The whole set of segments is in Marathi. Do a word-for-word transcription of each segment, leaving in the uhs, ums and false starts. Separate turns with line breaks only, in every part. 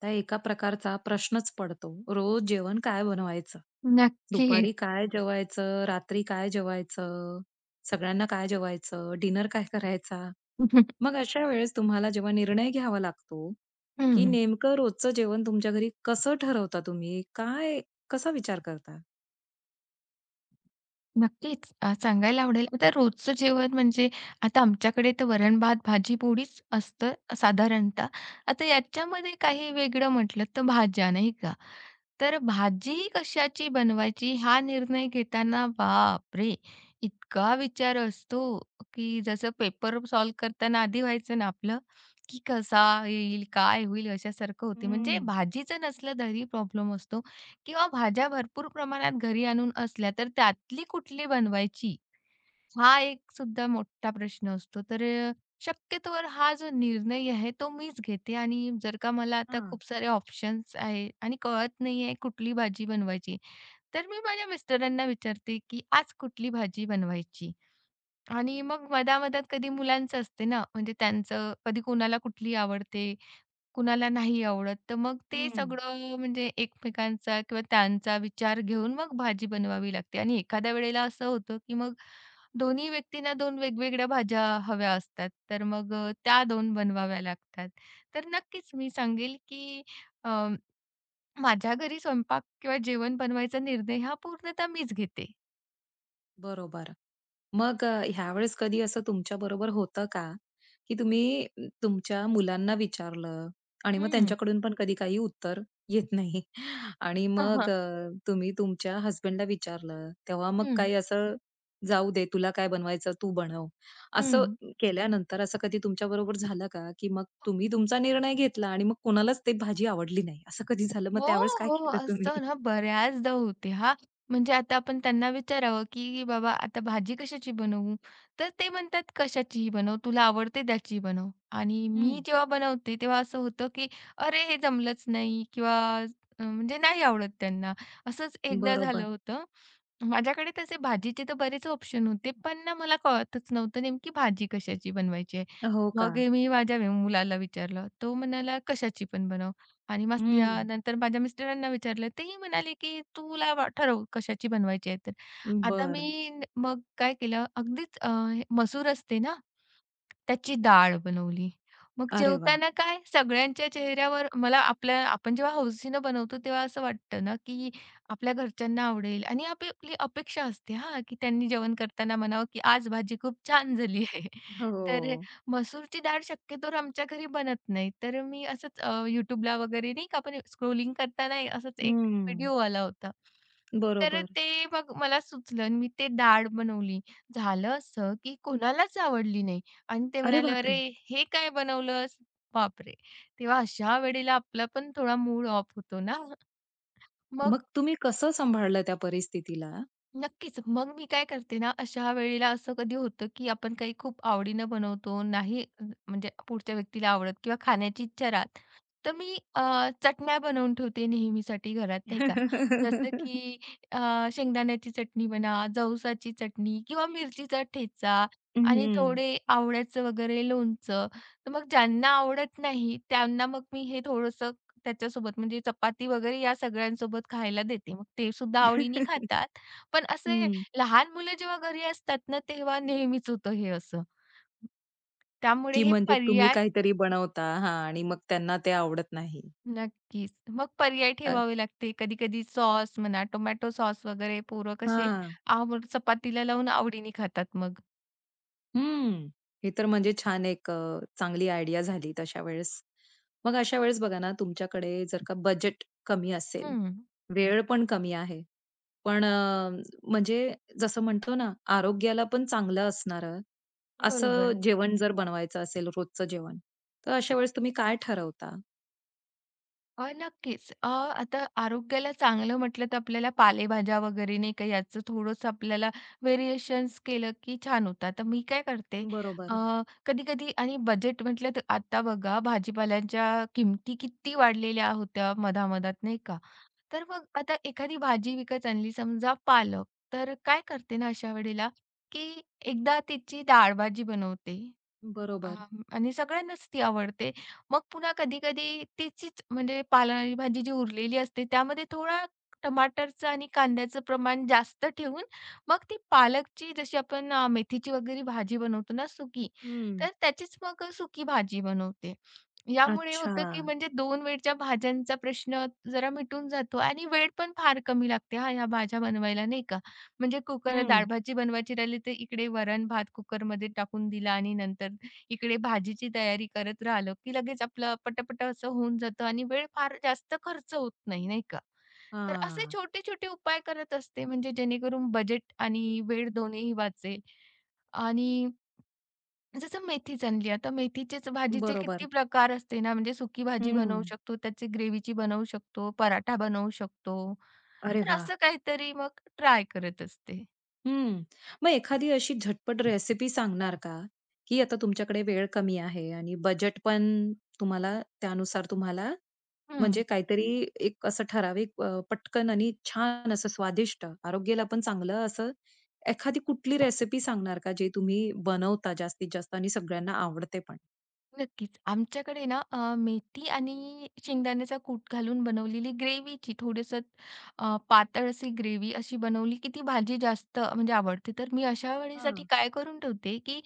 त्या एका प्रकारचा प्रश्नच पडतो. रोज जेवण काय बनवायचं?
नक्कीच.
दुपारी काय जेवायचं? रात्री काय जेवायचं? सगळ्यांना काय जेवायचं? डिनर काय करायचा? मग अशा वेळेस तुम्हाला जेव्हा निर्णय घ्यावा लागतो, की
हं.
नेमकं रोजचं जेवण तुमच्या घरी कसं ठरवता तुम्ही? काय कसा विचार करता?
नक्कीच अ, सांगायला आवडेल. आता रोजचं जेवण म्हणजे आता आमच्याकडे तर वरण-भात, भाजी-पोळीच असतं साधारणतः. आता याच्यामध्ये काही वेगळं म्हटलं तर भाज्या, नाही का? तर भाजी कशाची बनवायची हा निर्णय घेताना बापरे! इतका विचार असतो, की जसं पेपर सॉल्व्ह करताना आधी व्हायचं ना आपलं, की कसा येईल, काय होईल अशासारखं होते. म्हणजे
हं,
भाजीचं नसलं तरी प्रॉब्लेम असतो किंवा भाज्या भरपूर प्रमाणात घरी आणून असल्या, तर त्यातली कुठली बनवायची हा एक सुद्धा मोठा प्रश्न असतो. तर अ, शक्यतोवर हा जो निर्णय आहे तो मीच घेते आणि जर का मला आता
हां.
खूप सारे ऑप्शन्स आहे आणि कळत नाहीये कुठली भाजी बनवायची, तर मी माझ्या मिस्टरांना विचारते, की आज कुठली भाजी बनवायची? आणि मग मधा कधी मुलांचं असते ना, म्हणजे त्यांचं कधी कुणाला कुठली आवडते, कुणाला नाही आवडत. तर मग ते
हं.
सगळं म्हणजे एकमेकांचा किंवा त्यांचा विचार घेऊन मग भाजी बनवावी लागते आणि एखाद्या वेळेला असं होतं, की मग दोन्ही व्यक्तींना दोन वेगवेगळ्या भाज्या हव्या असतात. तर मग अ, त्या दोन बनवाव्या लागतात. तर नक्कीच मी सांगेल, की अ, माझ्या घरी स्वयंपाक किंवा जेवण बनवायचा निर्णय हा पूर्णतः मीच घेते.
बरोबर. मग अ, ह्यावेळेस कधी असं तुमच्याबरोबर होतं का, की तुम्ही अ, तुमच्या मुलांना विचारलं आणि मग
हं.
त्यांच्याकडून पण कधी काही उत्तर येत नाही आणि
हां,
मग
हां.
अ, तुम्ही तुमच्या हसबँडला विचारलं, तेव्हा मग काही असं, "जाऊ दे, तुला काय बनवायचं तू बनव." असं केल्यानंतर असं कधी तुमच्याबरोबर झालं का, की मग तुम्ही तुमचा निर्णय घेतला आणि मग कोणालाच ती भाजी आवडली नाही, असं कधी झालं? मग
हो,
त्यावेळेस काय
हो.
केलं तुम्ही?
असं ना बऱ्याचदा होते हां. म्हणजे आता आपण त्यांना विचारावं, की "बाबा आता भाजी कशाची बनवू?" तर ते म्हणतात, "कशाचीही बनव, तुला आवडते त्याची बनव." आणि
हं.
मी जेव्हा बनवते तेव्हा असं होतं, की "अरे, हे जमलंच नाही" किंवा अ, म्हणजे नाही आवडत त्यांना. असंच एकदा झालं
बरोबर.
होतं. माझ्याकडे तसे भाजीचे तर बरेच ऑप्शन होते, पण ना मला कळतच नव्हतं नेमकी भाजी कशाची बनवायची आहे.
हो का?
मग मी माझ्या मुलाला विचारलं. तो म्हणाला, "कशाची पण बनव." आणि मग त्या
हं.
नंतर माझ्या मिस्टरांना विचारलं. तेही म्हणाले, की "तुला वा ठरव कशाची बनवायची आहे तर." आता
बरं.
मी न मग काय केलं अगदीच अ, हे मसूर असते ना, त्याची डाळ बनवली. मग
अरे वाह!
जेवताना काय सगळ्यांच्या चेहऱ्यावर मला आपल्या आपण जेव्हा हौशीनं बनवतो तेव्हा असं वाटतं ना, की आपल्या घरच्यांना आवडेल आणि आपली आपली अपेक्षा असते हां, की त्यांनी जेवण करताना म्हणावं, की "आज भाजी खूप छान झाली आहे." तर
हो.
मसूरची डाळ शक्यतोवर आमच्या घरी बनत नाही. तर मी असंच अ, YouTubeला वगैरे नाही का आपण स्क्रोलिंग करताना असाच एक
हं.
व्हिडिओ आला होता. तर
बरोबर.
ते मग मला सुचलं आणि मी ते डाळ बनवली. झालं असं, की कोणालाच आवडली नाही आणि ते
अरे
म्हणाले, "अरे,
बापरे!
हे काय बनवलंस?" बापरे! तेव्हा अशा वेळेला आपला पण थोडा मूड ऑफ होतो ना.
मग
मग
तुम्ही कसं सांभाळलं त्या परिस्थितीला?
नक्कीच. मग मी काय करते ना, अशा वेळेला असं कधी होतं, की आपण काही खूप आवडीनं बनवतो, नाही म्हणजे पुढच्या व्यक्तीला आवडत किंवा खाण्याची इच्छा राहत. तर मी अ, चटण्या बनवून ठेवते नेहमीसाठी घरात, नाही का. जसं की अ, शेंगदाण्याची चटणी म्हणा, जवसाची चटणी किंवा मिरचीचा ठेचा
अ,
आणि
हं.
थोडे आवळ्याचं वगैरे लोणचं. तर मग ज्यांना आवडत नाही, त्यांना मग मी हे थोडंसं त्याच्यासोबत म्हणजे चपाती वगैरे या सगळ्यांसोबत खायला देते. मग ते सुद्धा आवडीने खातात. पण असे लहान मुलं जेव्हा घरी असतात ना, तेव्हा नेहमीच होतं हे असं. त्यामुळे
की
हे
म्हणजे तुम्ही
पर्याय
काहीतरी बनवता हां आणि मग त्यांना ते आवडत नाही.
नक्कीच. मग पर्याय
अ,
ठेवावे लागते. कधी-कधी सॉस म्हणा, टोमॅटो सॉस वगैरे पोरं कसे
हां.
आव चपातीला लावून आवडीने खातात मग.
हं. हे तर म्हणजे छान एक अ, चांगली आयडिया झाली तशा वेळेस. मग अशा वेळेस बघा ना, तुमच्याकडे जर का बजेट कमी असेल,
हं,
वेळ पण कमी आहे. पण अ, म्हणजे जसं म्हणतो ना, आरोग्याला पण चांगलं असणारं असं
बरोबर.
जेवण जर बनवायचं असेल रोजचं जेवण, तर अशा वेळेस तुम्ही काय ठरवता?
अ, नक्कीच. अ, आता आरोग्याला चांगलं म्हटलं तर आपल्याला पालेभाज्या वगैरे नाही का याचं थोडंसं आपल्याला व्हेरिएशन्स केलं की छान होतं. तर मी काय करते अ,
बरोबर,
कधी-कधी आणि बजेट म्हटलं तर आता बघा भाजीपाल्यांच्या किमती किती वाढलेल्या होत्या मधामधात नाही का. तर मग आता एखादी भाजी विकत आणली समजा पालक, तर काय करते ना अशा वेळेला की एकदा तिची डाळ भाजी बनवते
बरोबर.
आ, आणि सगळ्यांनाच ती आवडते. मग पुन्हा कधी-कधी तिचीच म्हणजे पालेभाजी भाजी जी उरलेली असते त्यामध्ये थोडा टमाटरचं आणि कांद्याचं प्रमाण जास्त ठेवून मग ती पालकची जशी आपण अ, मेथीची वगैरे भाजी बनवतो ना सुकी,
हं.
तर त्याचीच मग अ, सुकी भाजी बनवते. यामुळे
अच्छा.
होतं की म्हणजे दोन वेळच्या भाज्यांचा प्रश्न जरा मिटून जातो आणि वेळ पण फार कमी लागते हां, ह्या भाज्या बनवायला नाही का. म्हणजे कुकर
हं.
डाळ भाजी बनवायची राहिली तर इकडे वरण-भात कुकरमध्ये टाकून दिला आणि नंतर इकडे भाजीची तयारी करत राहिलो, की लगेच आपलं पटापट असं होऊन जातं आणि वेळ फार जास्त खर्च होत नाही, नाही का? तर असे
हां.
छोटे-छोटे उपाय करत असते, म्हणजे जेणेकरून बजेट आणि वेळ दोन्हीही वाचेल. आणि जसं मेथीच आणली, आता मेथीचेच भाजीचे
बरोबर.
किती प्रकार असते ना, म्हणजे सुकी भाजी
हं.
बनवू शकतो, त्याची ग्रेव्हीची बनवू शकतो, पराठा बनवू शकतो.
अरे
तर
वाह!
असं काहीतरी मग ट्राय करत असते.
हं. मग एखादी अशी झटपट रेसिपी सांगणार का, की आता तुमच्याकडे वेळ कमी आहे आणि बजेट पण तुम्हाला त्यानुसार तुम्हाला
हं.
म्हणजे काहीतरी एक असं ठराविक अ, पटकन आणि छान असं स्वादिष्ट, आरोग्याला पण चांगलं असं एखादी कुठली रेसिपी सांगणार का, जे तुम्ही बनवता जास्तीत जास्त आणि सगळ्यांना आवडते पण?
नक्कीच. आमच्याकडे ना अ, मेथी आणि शेंगदाण्याचा कूट घालून बनवलेली ग्रेव्हीची थोडंसं अ, पातळ अशी ग्रेव्ही अशी बनवली की ती भाजी जास्त म्हणजे आवडते. तर मी अशा वेळेसाठी
हां.
काय करून ठेवते की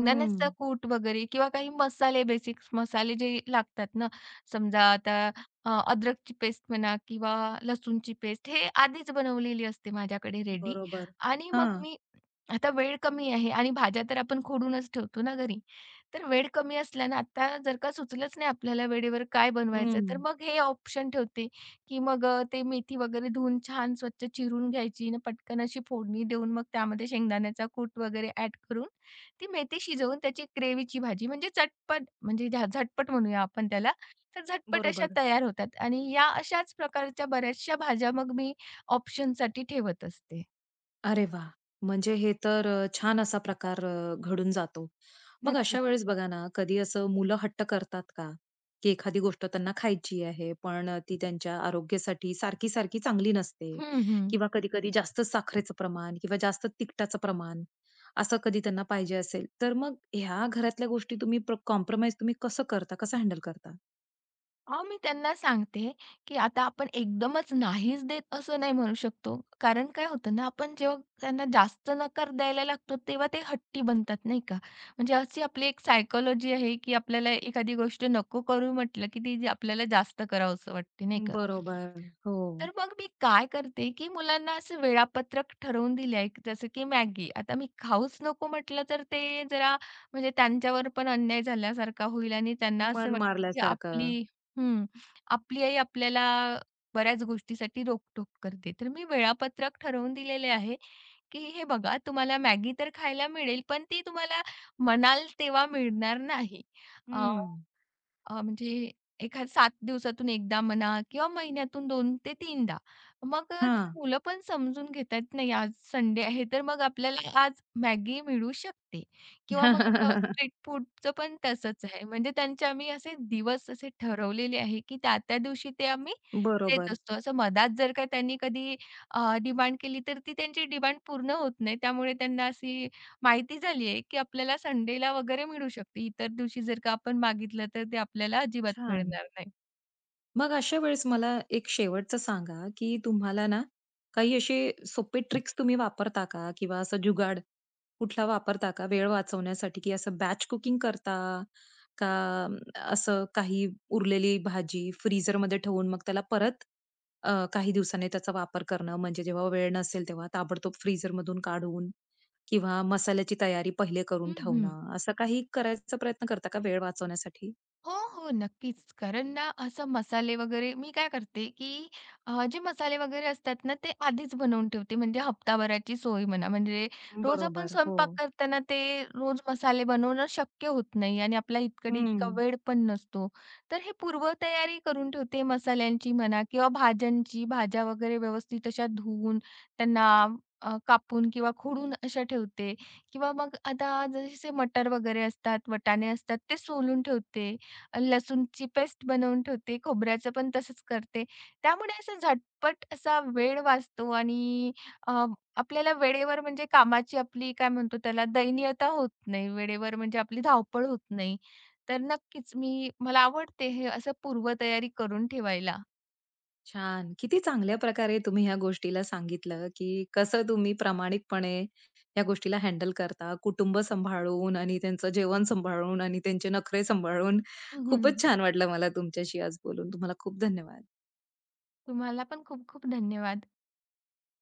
हं.
कूट वगैरे किंवा काही मसाले बेसिक्स मसाले जे लागतात ना, समजा आता अ, अद्रकची पेस्ट म्हणा किंवा लसूणची पेस्ट हे आधीच बनवलेली असते माझ्याकडे रेडी
बरोबर.
आणि मग
हां.
मी आता वेळ कमी आहे आणि भाज्या तर आपण खोडूनच ठेवतो ना घरी. तर वेळ कमी असला ना, आता जर का सुचलंच नाही आपल्याला वेळेवर काय बनवायचं, तर
हं.
मग हे ऑप्शन ठेवते, की मग अ, ते मेथी वगैरे धुवून छान स्वच्छ चिरून घ्यायची आणि पटकन अशी फोडणी देऊन मग त्यामध्ये शेंगदाण्याचा कूट वगैरे ॲड करून ती मेथी शिजवून त्याची ग्रेव्हीची भाजी म्हणजे चटपट म्हणजे झ झटपट म्हणूया आपण त्याला. तर झटपट अशा
बरोबर.
तयार होतात आणि या अशाच प्रकारच्या बऱ्याचशा भाज्या मग मी ऑप्शनसाठी ठेवत असते.
अरे वा, म्हणजे हे तर अ, छान असा प्रकार अ, घडून जातो. मग अशा
नक्कीच.
वेळेस बघा ना, कधी असं मुलं हट्ट करतात का, की एखादी गोष्ट त्यांना खायची आहे, पण अ, ती त्यांच्या आरोग्यासाठी सारखी-सारखी चांगली नसते
हं, हं.
किंवा कधी-कधी जास्त साखरेचं प्रमाण किंवा जास्त तिखटाचं प्रमाण असं कधी त्यांना पाहिजे असेल, तर मग ह्या घरातल्या गोष्टी तुम्ही प्र तुम्ही कसं करता? कसं हँडल करता?
हां, मी त्यांना सांगते, की आता आपण एकदमच नाहीच देत असं नाही म्हणू शकतो. कारण काय होतं ना, आपण जेव्हा त्यांना जास्त नकार द्यायला लागतो, तेव्हा ते हट्टी बनतात नाही का. म्हणजे अशी आपली एक सायकॉलॉजी आहे, की आपल्याला एखादी गोष्ट नको करू म्हटलं, की ती जी आपल्याला जास्त करावसं वाटते नाही का.
बरोबर. हो.
तर मग मी काय करते, की मुलांना असं वेळापत्रक ठरवून दिले आहे, जसं की मॅगी. आता मी खाऊच नको म्हटलं, तर ते जरा म्हणजे त्यांच्यावर पण अन्याय झाल्यासारखा होईल आणि त्यांना असं
मन
वाटेल, की
मारल्यासारखं.
आपली हं. आपली आई आपल्याला बऱ्याच गोष्टीसाठी रोकटोक करते. तर मी वेळापत्रक ठरवून दिलेले आहे, की हे बघा तुम्हाला मॅगी तर खायला मिळेल, पण ती तुम्हाला म्हणाल तेव्हा मिळणार नाही.
हं.
अ, म्हणजे एखाद सात दिवसातून एकदा म्हणा किंवा महिन्यातून दोन ते तीनदा. मग अ, ते
हां.
मुलं पण समजून घेतात नाही आज संडे आहे, तर मग आपल्याला आज मॅगी मिळू शकते किंवा मग असं स्ट्रीट फूडचं पण तसंच आहे. म्हणजे त्यांचे आम्ही असे दिवस असे ठरवलेले आहे, की त्या-त्या दिवशी ते आम्ही देत
बरोबर.
असतो. असं मधात जर का त्यांनी कधी डिमांड केली, तर ती त्यांची डिमांड पूर्ण होत नाही. त्यामुळे त्यांना अशी माहिती झालीये, की आपल्याला संडेला वगैरे मिळू शकते. इतर दिवशी जर का आपण मागितलं तर ते आपल्याला अजिबात
छान.
मिळणार नाही.
मग अशा वेळेस मला एक शेवटचं सांगा, की तुम्हाला ना काही असे सोपे ट्रिक्स तुम्ही वापरता का? किंवा असा जुगाड कुठला वापरता का वेळ वाचवण्यासाठी? की असं बॅच कुकिंग करता का अम, असं काही उरलेली भाजी फ्रीझरमध्ये ठेवून मग त्याला परत अ, काही दिवसांनी त्याचा वापर करणं म्हणजे जेव्हा वेळ नसेल तेव्हा ताबडतोब फ्रीझरमधून काढून किंवा मसाल्याची तयारी पहिले करून
हं, हं.
ठेवणं, असं काही करायचा प्रयत्न करता का वेळ वाचवण्यासाठी?
हो, हो. नक्कीच. कारण ना असं मसाले वगैरे मी काय करते, की अ, जे मसाले वगैरे असतात ना ते आधीच बनवून ठेवते. म्हणजे हप्ताभराची सोय म्हणा. म्हणजे रोज आपण
बरोबर. हो.
स्वयंपाक करताना ते रोज मसाले बनवणं शक्य होत नाही आणि आपल्या इकडे
हं.
इतका वेळ पण नसतो. तर हे पूर्वतयारी करून ठेवते मसाल्यांची म्हणा किंवा भाज्यांची. भाज्या वगैरे व्यवस्थित अशा धुवून त्यांना अ, कापून किंवा खोडून अशा ठेवते किंवा मग आता जसे मटर वगैरे असतात, वाटाणे असतात ते सोलून ठेवते. लसूणची पेस्ट बनवून ठेवते, खोबऱ्याचं पण तसंच करते. त्यामुळे असं झटपट असा वेळ वाचतो आणि अ, आपल्याला वेळेवर म्हणजे कामाची आपली काय म्हणतो त्याला दयनीयता होत नाही. वेळेवर म्हणजे आपली धावपळ होत नाही. तर नक्कीच मी मला आवडते हे असं पूर्वतयारी करून ठेवायला.
छान. किती चांगल्या प्रकारे तुम्ही ह्या गोष्टीला सांगितलं, की कसं तुम्ही प्रामाणिकपणे या गोष्टीला हँडल करता. कुटुंब सांभाळून आणि त्यांचं जेवण सांभाळून आणि त्यांचे नखरे सांभाळून. खूपच छान वाटलं मला तुमच्याशी आज बोलून. तुम्हाला खूप धन्यवाद.
तुम्हाला पण खूप खूप धन्यवाद.